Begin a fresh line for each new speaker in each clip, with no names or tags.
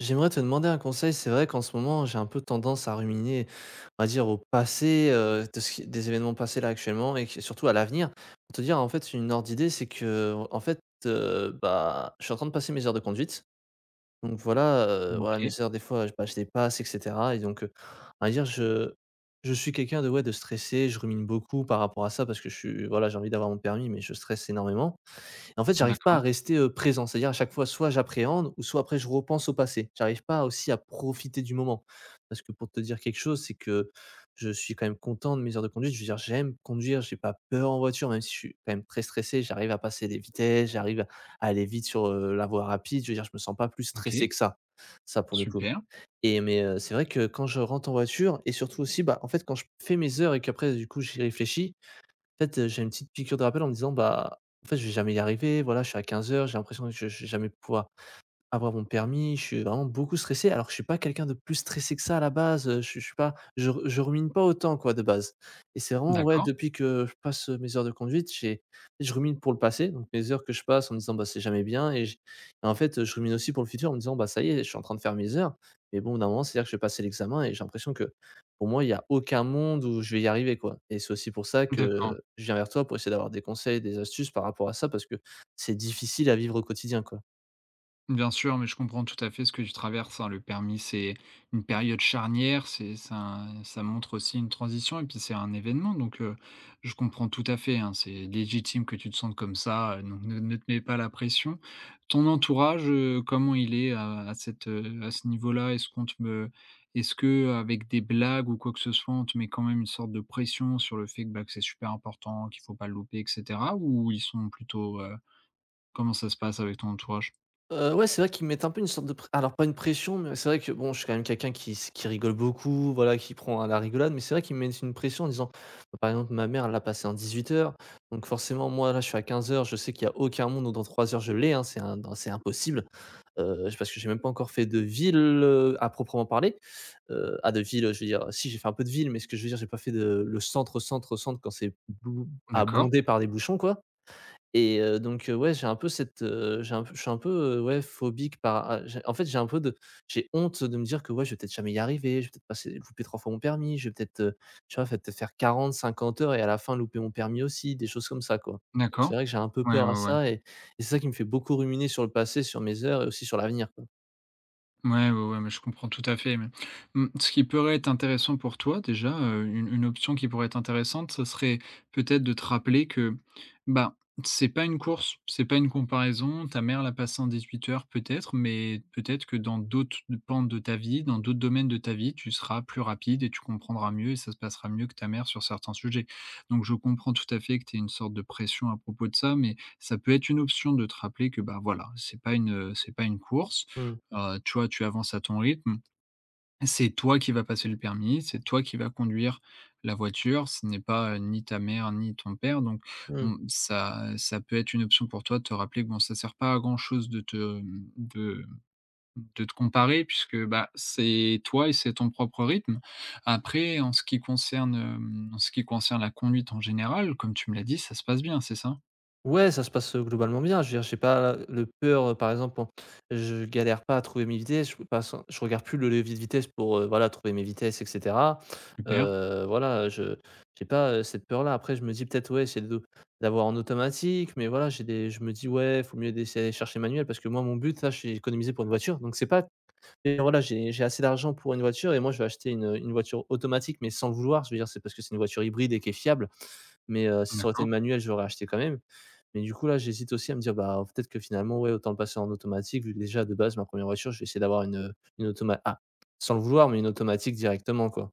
J'aimerais te demander un conseil. C'est vrai qu'en ce moment, j'ai un peu tendance à ruminer, on va dire, au passé, de ce qui des événements passés là actuellement et que surtout à l'avenir. Pour te dire, en fait, une ordre d'idée, c'est que en fait, bah, je suis en train de passer mes heures de conduite. Donc voilà, voilà mes
OK,
heures des fois, je, bah, je les passe et cetera et donc, on va dire je suis quelqu'un de ouais, de stressé. Je rumine beaucoup par rapport à ça parce que je suis voilà, j'ai envie d'avoir mon permis mais je stresse énormément et en fait, j'arrive pas à
d'accord,
rester, présent. C'est-à-dire à chaque fois, soit j'appréhende ou soit après je repense au passé. J'arrive pas aussi à profiter du moment. Parce que pour te dire quelque chose, c'est que je suis quand même content de mes heures de conduite. Je veux dire, j'aime conduire, j'ai pas peur en voiture, même si je suis quand même très stressé. J'arrive à passer des vitesses, j'arrive à aller vite sur, la voie rapide. Je veux dire, je me sens pas plus stressé
OK,
que ça pour le coup.
super,
Et mais, c'est vrai que quand je rentre en voiture et surtout aussi, bah, en fait, quand je fais mes heures et qu'après du coup j'y réfléchis, en fait, j'ai une petite piqûre de rappel en me disant: «Bah, en fait, je vais jamais y arriver, voilà, je suis à 15 heures, j'ai l'impression que je vais jamais pouvoir» avoir mon permis, je suis vraiment beaucoup stressé, alors que je suis pas quelqu'un de plus stressé que ça à la base, je suis pas je rumine pas autant quoi de base et c'est vraiment ouais
d'accord,
depuis que je passe, mes heures de conduite, j'ai je rumine pour le passé, donc mes heures que je passe en me disant: «Bah, c'est jamais bien» et en fait, je rumine aussi pour le futur en me disant: «Bah, ça y est, je suis en train de faire mes heures» mais bon, d'un moment, c'est-à-dire que je vais passer l'examen et j'ai l'impression que pour moi, il y a aucun monde où je vais y arriver quoi et c'est aussi pour ça
d'accord.
que je viens vers toi pour essayer d'avoir des conseils, des astuces par rapport à ça parce que c'est difficile à vivre au quotidien, quoi.
Bien sûr, mais je comprends tout à fait ce que tu traverses, hein. Le permis, c'est une période charnière, c'est ça montre aussi une transition et puis c'est un événement donc je comprends tout à fait, hein. C'est légitime que tu te sentes comme ça, donc ne te mets pas la pression. Ton entourage, comment il est à à ce niveau-là? Est-ce qu'on te me est-ce que avec des blagues ou quoi que ce soit, on te met quand même une sorte de pression sur le fait que, bah, que c'est super important, qu'il faut pas le louper et cetera? Ou ils sont plutôt, Comment ça se passe avec ton entourage?
Ouais, c'est vrai qu'ils mettent un peu une sorte de pré alors pas une pression, mais c'est vrai que bon, je suis quand même quelqu'un qui rigole beaucoup, voilà, qui prend à la rigolade, mais c'est vrai qu'ils me mettent une pression en disant, bah, par exemple, ma mère, elle l'a passé en 18 heures donc forcément, moi, là, je suis à 15 heures. Je sais qu'il y a aucun monde où dans 3 heures je l'ai, hein, c'est impossible, j parce que j'ai même pas encore fait de ville, à proprement parler. Ah, de ville, je veux dire, si j'ai fait un peu de ville, mais ce que je veux dire, j'ai pas fait de le centre, centre, centre quand c'est bou à
D'accord.
bondé par des bouchons, quoi. Ouais, j'ai un peu cette, j'ai un peu je suis un peu, ouais, phobique par a j'ai en fait, j'ai honte de me dire que, ouais, je vais peut-être jamais y arriver, je vais peut-être passer louper 3 fois mon permis, je vais peut-être, tu vois, peut-être faire 40, 50 heures et à la fin louper mon permis aussi, des choses comme ça, quoi.
D'accord.
C'est vrai que j'ai un peu
Ouais,
peur à
ouais, ouais.
ça et c'est ça qui me fait beaucoup ruminer sur le passé, sur mes heures et aussi sur l'avenir, quoi.
Ouais, ouais, ouais, mais je comprends tout à fait. Mais, mmh, ce qui pourrait être intéressant pour toi déjà, une option qui pourrait être intéressante, ce serait peut-être de te rappeler que, bah, c'est pas une course, c'est pas une comparaison. Ta mère l'a passé en 18 heures peut-être, mais peut-être que dans d'autres pentes de ta vie, dans d'autres domaines de ta vie, tu seras plus rapide et tu comprendras mieux et ça se passera mieux que ta mère sur certains sujets. Donc je comprends tout à fait que tu aies une sorte de pression à propos de ça, mais ça peut être une option de te rappeler que, bah, voilà, c'est pas une course.
Mmh.
Tu vois, tu avances à ton rythme. C'est toi qui vas passer le permis, c'est toi qui vas conduire la voiture. Ce n'est pas, ni ta mère ni ton père donc
Mmh.
mmh, ça peut être une option pour toi de te rappeler que bon, ça ne sert pas à grand chose de te, de te comparer puisque, bah, c'est toi et c'est ton propre rythme. Après en ce qui concerne la conduite en général, comme tu me l'as dit, ça se passe bien, c'est ça?
Ouais, ça se passe, globalement bien. Je veux dire, j'ai pas le peur, par exemple, en je galère pas à trouver mes vitesses, je regarde plus le levier de vitesse pour, voilà, trouver mes vitesses et cetera.
Super,
Voilà, je j'ai pas, cette peur-là. Après je me dis peut-être, ouais, c'est de d'avoir en automatique, mais voilà, j'ai des je me dis: «Ouais, faut mieux d'essayer d'aller chercher manuel» parce que moi mon but là, j'ai économisé pour une voiture, donc c'est pas et voilà, j'ai assez d'argent pour une voiture et moi je vais acheter une voiture automatique, mais sans le vouloir. Je veux dire, c'est parce que c'est une voiture hybride et qui est fiable, mais si ça aurait été une
d'accord.
manuelle, je acheté quand même. Mais du coup, là, j'hésite aussi à me dire, bah, peut-être que finalement, ouais, autant le passer en automatique vu que déjà de base ma première re voiture, je vais essayer d'avoir une automatique ah, sans le vouloir, mais une automatique directement, quoi.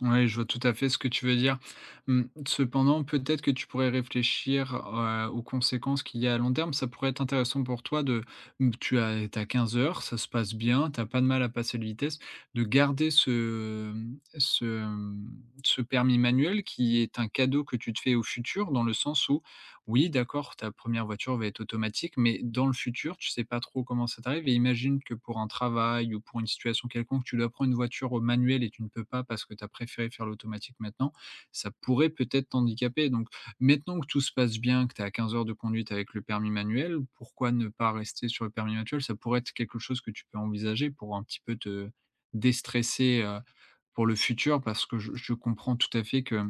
Ouais, je vois tout à fait ce que tu veux dire. Mmh, Cependant, peut-être que tu pourrais réfléchir, aux conséquences qu'il y a à long terme. Ça pourrait être intéressant pour toi de mmh, tu as t'as 15 heures, ça se passe bien, t'as pas de mal à passer le vitesse, de garder ce permis manuel qui est un cadeau que tu te fais au futur dans le sens où, oui, d'accord, ta première voiture va être automatique, mais dans le futur, tu sais pas trop comment ça t'arrive et imagine que pour un travail ou pour une situation quelconque, tu dois prendre une voiture manuelle et tu ne peux pas parce que tu as préféré faire l'automatique maintenant, ça pourrait peut-être t'handicaper. Donc maintenant que tout se passe bien, que tu es à 15 heures de conduite avec le permis manuel, pourquoi ne pas rester sur le permis manuel? Ça pourrait être quelque chose que tu peux envisager pour un petit peu te déstresser, pour le futur parce que je comprends tout à fait que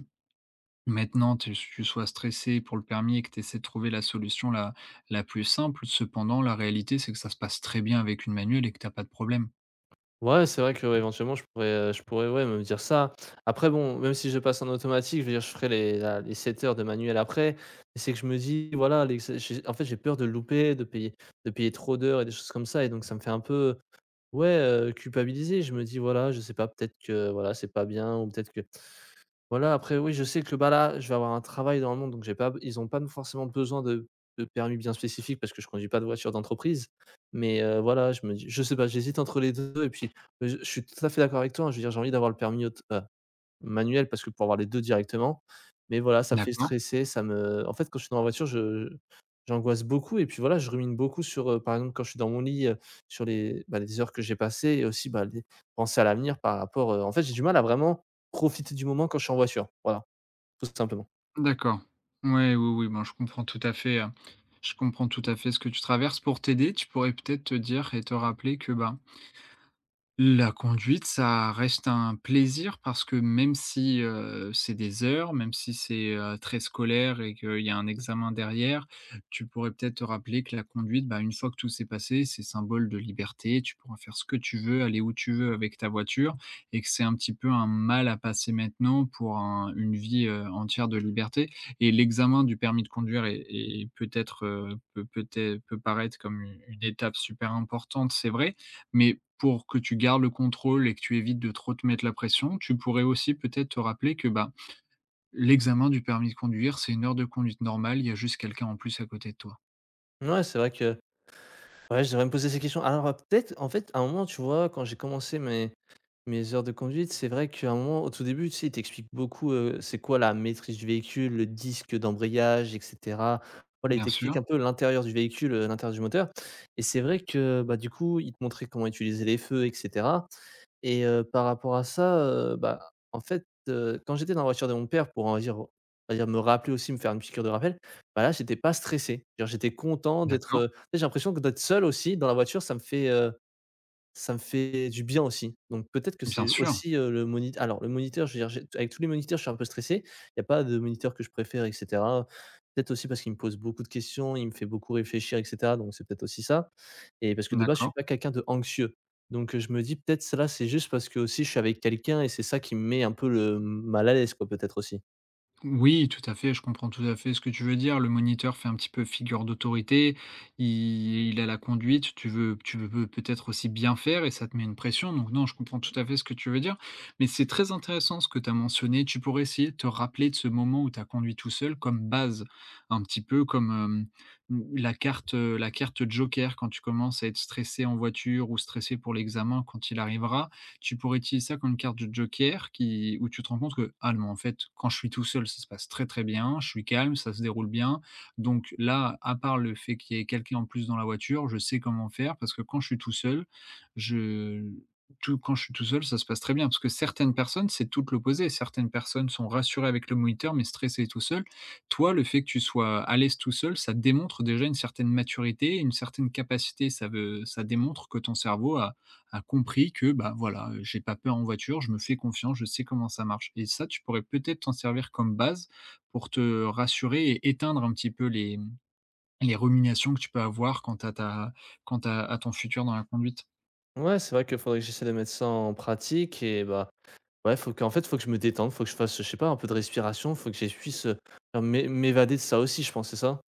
maintenant, tu sois stressé pour le permis et que tu essaies de trouver la solution la plus simple, cependant, la réalité, c'est que ça se passe très bien avec une manuelle et que tu as pas de problème.
Ouais, c'est vrai que, ouais, éventuellement je pourrais, ouais, me dire ça. Après bon, même si je passe en automatique, je veux dire, je ferai les 7 heures de manuel après. Mais c'est que je me dis, voilà, les j'ai en fait, j'ai peur de le louper, de payer trop d'heures et des choses comme ça et donc ça me fait un peu, ouais, culpabiliser. Je me dis, voilà, je sais pas, peut-être que, voilà, c'est pas bien ou peut-être que voilà, après oui, je sais que, bah, là, je vais avoir un travail dans le monde, donc j'ai pas ils n'ont pas forcément besoin de permis bien spécifique parce que je conduis pas de voiture d'entreprise. Mais, voilà, je me dis je sais pas, j'hésite entre les 2. Et puis, je suis tout à fait d'accord avec toi, hein, je veux dire j'ai envie d'avoir le permis aut manuel parce que pour avoir les 2 directement. Mais voilà, ça me fait
D'accord.
stresser, ça me en fait, quand je suis dans la voiture, je j'angoisse beaucoup et puis voilà, je rumine beaucoup sur, par exemple, quand je suis dans mon lit, sur les, bah, les heures que j'ai passées et aussi, bah, les penser à l'avenir par rapport, en fait, j'ai du mal à vraiment profiter du moment quand je suis en voiture. Voilà, tout simplement.
D'accord. Ouais, oui, oui, bon, je comprends tout à fait ce que tu traverses. Pour t'aider, tu pourrais peut-être te dire et te rappeler que, bah. La conduite, ça reste un plaisir parce que même si, c'est des heures, même si c'est, très scolaire et qu'il y a un examen derrière, tu pourrais peut-être te rappeler que la conduite, bah, une fois que tout s'est passé, c'est symbole de liberté. Tu pourras faire ce que tu veux, aller où tu veux avec ta voiture et que c'est un petit peu un mal à passer maintenant pour un une vie, entière de liberté et l'examen du permis de conduire est est peut-être, peut peut-être peut paraître comme u une étape super importante, c'est vrai, mais pour que tu gardes le contrôle et que tu évites de trop te mettre la pression, tu pourrais aussi peut-être te rappeler que, bah, l'examen du permis de conduire, c'est une heure de conduite normale, il y a juste quelqu'un en plus à côté de toi.
Ouais, c'est vrai que ouais, je devrais me poser ces questions. Alors, peut-être, en fait, à un moment, tu vois, quand j'ai commencé mes heures de conduite, c'est vrai qu'à un moment, au tout début, tu sais, ils t'expliquent beaucoup, c'est quoi la maîtrise du véhicule, le disque d'embrayage et cetera. Voilà, ils
Bien
t'expliquent
sûr,
un peu l'intérieur du véhicule, l'intérieur du moteur et c'est vrai que, bah, du coup, ils te montraient comment utiliser les feux et cetera et par rapport à ça, bah, en fait, quand j'étais dans la voiture de mon père pour, on va dire me rappeler aussi, me faire une petite cure de rappel, bah, là, j'étais pas stressé. Genre j'étais content d'être,
d'accord,
j'ai l'impression que d'être seul aussi dans la voiture, ça me fait du bien aussi, donc peut-être que
bien
c'est
sûr,
aussi, le moni alors le moniteur, je veux dire, j'ai avec tous les moniteurs, je suis un peu stressé. Il n'y a pas de moniteur que je préfère et cetera. Peut-être aussi parce qu'il me pose beaucoup de questions, il me fait beaucoup réfléchir et cetera, donc c'est peut-être aussi ça et parce que de base, je suis
d'accord.
pas quelqu'un de anxieux, donc je me dis peut-être ça là, c'est juste parce que aussi je suis avec quelqu'un et c'est ça qui me met un peu le mal à l'aise quoi, peut-être aussi.
Oui, tout à fait, je comprends tout à fait ce que tu veux dire. Le moniteur fait un petit peu figure d'autorité, i il a la conduite, tu veux peut-être aussi bien faire et ça te met une pression, donc non, je comprends tout à fait ce que tu veux dire. Mais c'est très intéressant ce que tu as mentionné, tu pourrais essayer de te rappeler de ce moment où tu as conduit tout seul comme base, un petit peu comme, la carte joker quand tu commences à être stressé en voiture ou stressé pour l'examen quand il arrivera. Tu pourrais utiliser ça comme une carte de joker qui où tu te rends compte que: «Ah non, en fait, quand je suis tout seul, ça se passe très, très bien, je suis calme, ça se déroule bien. Donc là, à part le fait qu'il y ait quelqu'un en plus dans la voiture, je sais comment faire parce que quand je suis tout seul, je tout quand je suis tout seul, ça se passe très bien». Parce que certaines personnes, c'est tout l'opposé. Certaines personnes sont rassurées avec le moniteur, mais stressées tout seul. Toi, le fait que tu sois à l'aise tout seul, ça démontre déjà une certaine maturité, une certaine capacité. Ça démontre que ton cerveau a compris que, bah, voilà, j'ai pas peur en voiture, je me fais confiance, je sais comment ça marche et ça, tu pourrais peut-être t'en servir comme base pour te rassurer et éteindre un petit peu les ruminations que tu peux avoir quant à ton futur dans la conduite.
Ouais, c'est vrai qu'il faudrait que j'essaie de mettre ça en pratique et bah, ouais, faut qu'en fait, faut que je me détende, faut que je fasse, je sais pas, un peu de respiration, faut que je puisse, faire m'évader de ça aussi, je pense, c'est ça?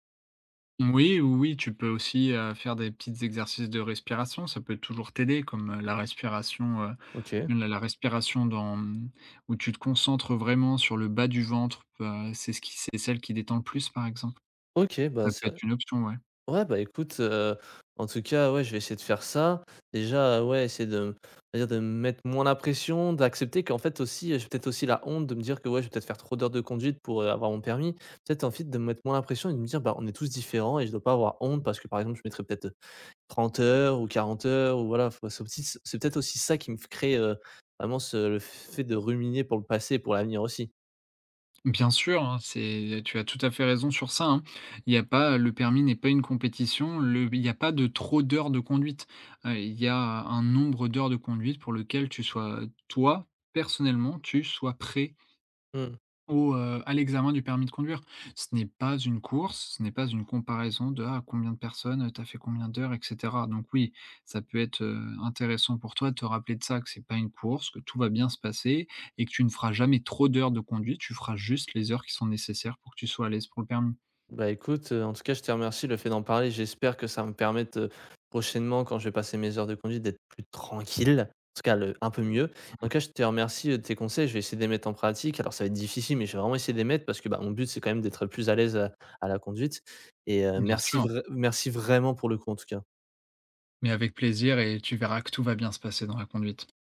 Oui, oui, oui, tu peux aussi, faire des petits exercices de respiration, ça peut toujours t'aider comme, la respiration,
OK.
la respiration où tu te concentres vraiment sur le bas du ventre, c'est celle qui détend le plus, par exemple.
OK, bah,
Ça
c'est
peut être une option, ouais.
ouais, bah, écoute, en tout cas, ouais, je vais essayer de faire ça. Déjà, ouais, essayer de m on dire de me mettre moins la pression, d'accepter qu'en fait aussi, j'ai peut-être aussi la honte de me dire que, ouais, je vais peut-être faire trop d'heures de conduite pour, avoir mon permis. Peut-être en fait de me mettre moins la pression et de me dire: «Bah, on est tous différents et je dois pas avoir honte» parce que, par exemple, je mettrais peut-être, 30 heures ou 40 heures ou voilà, faut c'est peut-être aussi ça qui me f crée, vraiment ce le fait de ruminer pour le passé et pour l'avenir aussi.
Bien sûr, hein, c'est tu as tout à fait raison sur ça, hein. Il y a pas Le permis n'est pas une compétition, le il n'y a pas de trop d'heures de conduite. Il y a un nombre d'heures de conduite pour lequel tu sois toi, personnellement, tu sois prêt
Mmh.
à l'examen du permis de conduire. Ce n'est pas une course, ce n'est pas une comparaison de: «Ah, t'as fait combien d'heures?» et cetera. Donc oui, ça peut être, intéressant pour toi de te rappeler de ça, que c'est pas une course, que tout va bien se passer et que tu ne feras jamais trop d'heures de conduite. Tu feras juste les heures qui sont nécessaires pour que tu sois à l'aise pour le permis.
Bah, écoute, en tout cas, je te remercie. Le fait d'en parler, j'espère que ça me permette prochainement quand je vais passer mes heures de conduite d'être plus tranquille, en tout cas le un peu mieux. En tout
Oui,
cas, je te remercie, de tes conseils, je vais essayer de les mettre en pratique. Alors ça va être difficile, mais je vais vraiment essayer de les mettre parce que, bah, mon but, c'est quand même d'être plus à l'aise à la conduite et
bien
merci
sûr,
vra merci vraiment pour le coup, en tout cas.
mais avec plaisir et tu verras que tout va bien se passer dans la conduite.